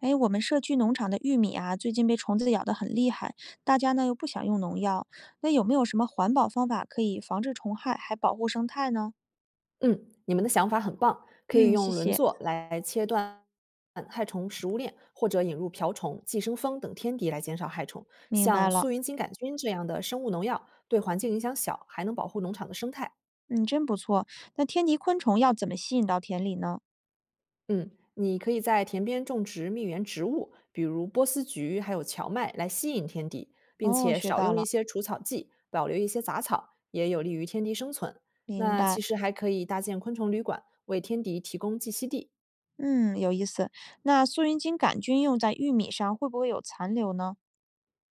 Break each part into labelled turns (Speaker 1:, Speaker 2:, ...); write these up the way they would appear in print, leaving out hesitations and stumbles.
Speaker 1: 哎，我们社区农场的玉米啊，最近被虫子咬得很厉害，大家呢又不想用农药，那有没有什么环保方法可以防治虫害，还保护生态呢？
Speaker 2: 嗯，你们的想法很棒，可以
Speaker 1: 嗯，谢
Speaker 2: 用轮
Speaker 1: 谢，
Speaker 2: 作来切断害虫食物链，或者引入瓢虫、寄生蜂等天敌来减少害虫。
Speaker 1: 明白
Speaker 2: 像
Speaker 1: 了。
Speaker 2: 苏云金杆菌这样的生物农药，对环境影响小，还能保护农场的生态。
Speaker 1: 嗯，真不错。那天敌昆虫要怎么吸引到田里呢？
Speaker 2: 嗯，你可以在田边种植蜜源植物，比如波斯菊还有荞麦，来吸引天敌，并
Speaker 1: 哦，
Speaker 2: 且
Speaker 1: 学
Speaker 2: 少
Speaker 1: 到
Speaker 2: 用一
Speaker 1: 了，
Speaker 2: 些除草剂，保留一些杂草，也有利于天敌生存。
Speaker 1: 明
Speaker 2: 那
Speaker 1: 白。
Speaker 2: 其实还可以搭建昆虫旅馆，为天敌提供栖息地。
Speaker 1: 嗯，有意思。那素云锦杆菌用在玉米上会不会有残留呢？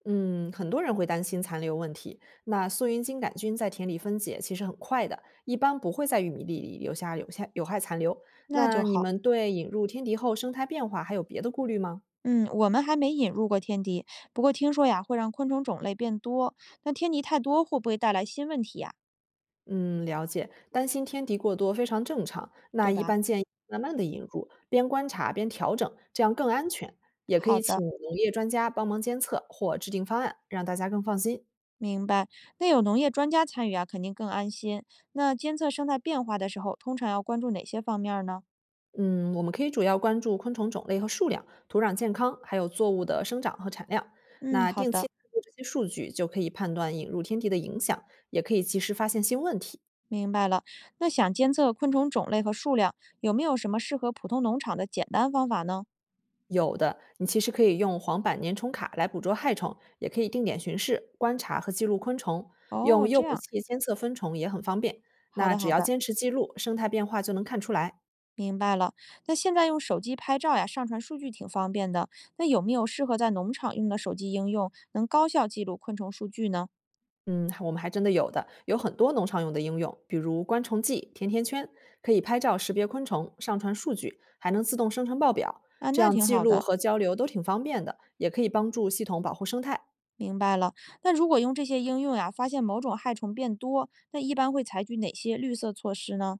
Speaker 2: 嗯，很多人会担心残留问题。那素云金杆菌在田里分解其实很快的，一般不会在玉米粒里留下有下有害残留。
Speaker 1: 那就
Speaker 2: 那你
Speaker 1: 好。
Speaker 2: 们对引入天敌后生态变化还有别的顾虑吗？
Speaker 1: 嗯，我们还没引入过天敌，不过听说呀会让昆虫种类变多，那天敌太多会不会带来新问题呀？
Speaker 2: 嗯，了解，担心天敌过多非常正常。那
Speaker 1: 对
Speaker 2: 一
Speaker 1: 吧？
Speaker 2: 般建议慢慢的引入，边观察边调整，这样更安全。也可
Speaker 1: 好
Speaker 2: 以
Speaker 1: 的，
Speaker 2: 请农业专家帮忙监测或制定方案，让大家更放心。
Speaker 1: 明白。那有农业专家参与啊，肯定更安心。那监测生态变化的时候，通常要关注哪些方面儿呢？
Speaker 2: 嗯，我们可以主要关注昆虫种类和数量、土壤健康，还有作物的生长和产量。
Speaker 1: 嗯，
Speaker 2: 那
Speaker 1: 好
Speaker 2: 定期记
Speaker 1: 的，
Speaker 2: 录这些数据，就可以判断引入天敌的影响，也可以及时发现新问题。
Speaker 1: 明白了。那想监测昆虫种类和数量，有没有什么适合普通农场的简单方法呢？
Speaker 2: 有的，你其实可以用黄板粘虫卡来捕捉害虫，也可以定点巡视、观察和记录昆虫，用
Speaker 1: 哦，
Speaker 2: 诱
Speaker 1: 这
Speaker 2: 捕
Speaker 1: 样，
Speaker 2: 器监测分虫也很方便。
Speaker 1: 好
Speaker 2: 那
Speaker 1: 的，
Speaker 2: 只
Speaker 1: 好
Speaker 2: 要
Speaker 1: 的，
Speaker 2: 坚持记录，生态变化就能看出来。
Speaker 1: 明白了。那现在用手机拍照呀，上传数据挺方便的。那有没有适合在农场用的手机应用，能高效记录昆虫数据呢？
Speaker 2: 嗯，我们还真的有的，有很多农场用的应用，比如观虫记、甜甜圈，可以拍照识别昆虫，上传数据，还能自动生成报表，
Speaker 1: 啊，
Speaker 2: 这
Speaker 1: 那
Speaker 2: 样
Speaker 1: 挺
Speaker 2: 记
Speaker 1: 好
Speaker 2: 录
Speaker 1: 的。
Speaker 2: 和交流都挺方便的，也可以帮助系统保护生态。
Speaker 1: 明白了。那如果用这些应用呀，发现某种害虫变多，那一般会采取哪些绿色措施呢？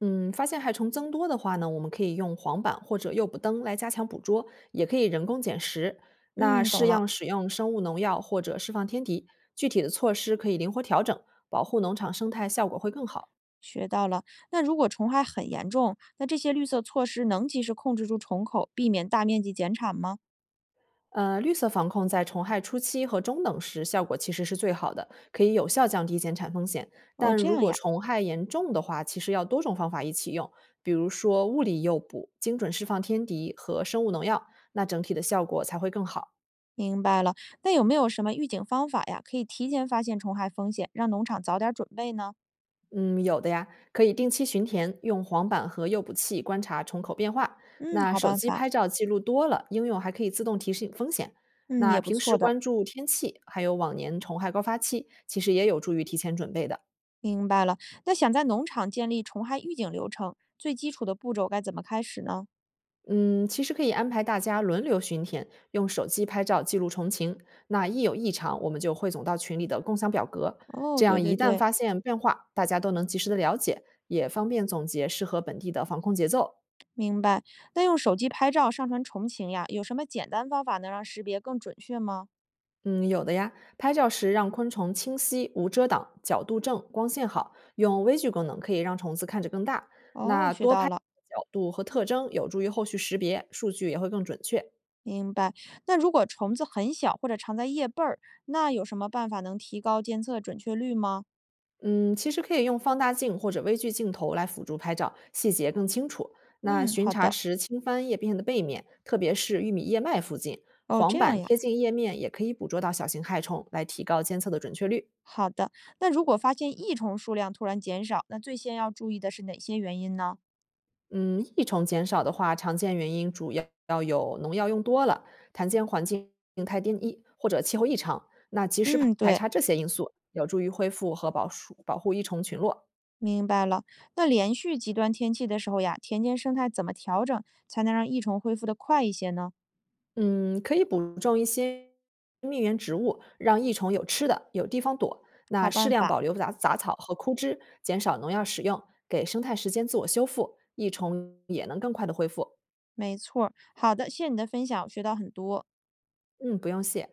Speaker 2: 嗯，发现害虫增多的话呢，我们可以用黄板或者诱捕灯来加强捕捉，也可以人工捡食。那
Speaker 1: 嗯，懂
Speaker 2: 适
Speaker 1: 了，
Speaker 2: 样使用生物农药或者释放天敌，具体的措施可以灵活调整，保护农场生态效果会更好。
Speaker 1: 学到了。那如果虫害很严重，那这些绿色措施能及时控制住虫口，避免大面积减产吗？
Speaker 2: 绿色防控在虫害初期和中等时效果其实是最好的，可以有效降低减产风险。
Speaker 1: 哦，
Speaker 2: 但
Speaker 1: 这
Speaker 2: 如
Speaker 1: 样
Speaker 2: 果
Speaker 1: 呀，
Speaker 2: 虫害严重的话，其实要多种方法一起用，比如说物理诱捕、精准释放天敌和生物农药，那整体的效果才会更好。
Speaker 1: 明白了。那有没有什么预警方法呀，可以提前发现虫害风险，让农场早点准备呢？
Speaker 2: 嗯，有的呀，可以定期巡田，用黄板和诱捕器观察虫口变化。
Speaker 1: 嗯，
Speaker 2: 那
Speaker 1: 好
Speaker 2: 手
Speaker 1: 办
Speaker 2: 机
Speaker 1: 法。
Speaker 2: 拍照记录多了，应用还可以自动提醒风险。
Speaker 1: 嗯，
Speaker 2: 那
Speaker 1: 也不
Speaker 2: 平
Speaker 1: 错
Speaker 2: 时
Speaker 1: 的。
Speaker 2: 关注天气，还有往年虫害高发期，其实也有助于提前准备的。
Speaker 1: 明白了。那想在农场建立虫害预警流程，最基础的步骤该怎么开始呢？
Speaker 2: 嗯，其实可以安排大家轮流巡田，用手机拍照记录虫情。那一有异常，我们就汇总到群里的共享表格，
Speaker 1: 哦，
Speaker 2: 这
Speaker 1: 对
Speaker 2: 样
Speaker 1: 对
Speaker 2: 一旦
Speaker 1: 对，
Speaker 2: 发现变化，大家都能及时的了解，也方便总结适合本地的防控节奏。
Speaker 1: 明白。那用手机拍照上传重情呀，有什么简单方法能让识别更准确吗？
Speaker 2: 嗯，有的呀。拍照时让昆虫清晰、无遮挡，角度正、光线好，用微距功能可以让虫子看着更大。
Speaker 1: 哦，
Speaker 2: 那
Speaker 1: 学
Speaker 2: 多
Speaker 1: 到
Speaker 2: 拍
Speaker 1: 了，
Speaker 2: 角度和特征有助于后续识别，数据也会更准确。
Speaker 1: 明白。那如果虫子很小或者藏在叶背儿，那有什么办法能提高监测准确率吗？
Speaker 2: 嗯，其实可以用放大镜或者微距镜头来辅助拍照，细节更清楚。那
Speaker 1: 嗯，
Speaker 2: 巡
Speaker 1: 好
Speaker 2: 查
Speaker 1: 的。
Speaker 2: 时轻翻叶片的背面，特别是玉米叶脉附近，
Speaker 1: 哦，这
Speaker 2: 黄
Speaker 1: 样
Speaker 2: 板
Speaker 1: 呀。
Speaker 2: 贴近叶面也可以捕捉到小型害虫，来提高监测的准确率。
Speaker 1: 好的。那如果发现益虫数量突然减少，那最先要注意的是哪些原因呢？
Speaker 2: 嗯，益虫减少的话，常见原因主要要有农药用多了、弹间环境太单一或者气候异常。那及时
Speaker 1: 嗯，
Speaker 2: 排
Speaker 1: 对，
Speaker 2: 查这些因素，有助于恢复和保树保护益虫群落。
Speaker 1: 明白了。那连续极端天气的时候呀，田间生态怎么调整才能让益虫恢复的快一些呢？
Speaker 2: 嗯，可以补种一些蜜源植物，让益虫有吃的，有地方躲。那
Speaker 1: 好
Speaker 2: 适
Speaker 1: 办
Speaker 2: 量
Speaker 1: 法。
Speaker 2: 保留杂杂草和枯枝，减少农药使用，给生态时间自我修复，益虫也能更快的恢复。
Speaker 1: 没错儿好的，谢谢你的分享，我学到很多。
Speaker 2: 嗯，不用谢。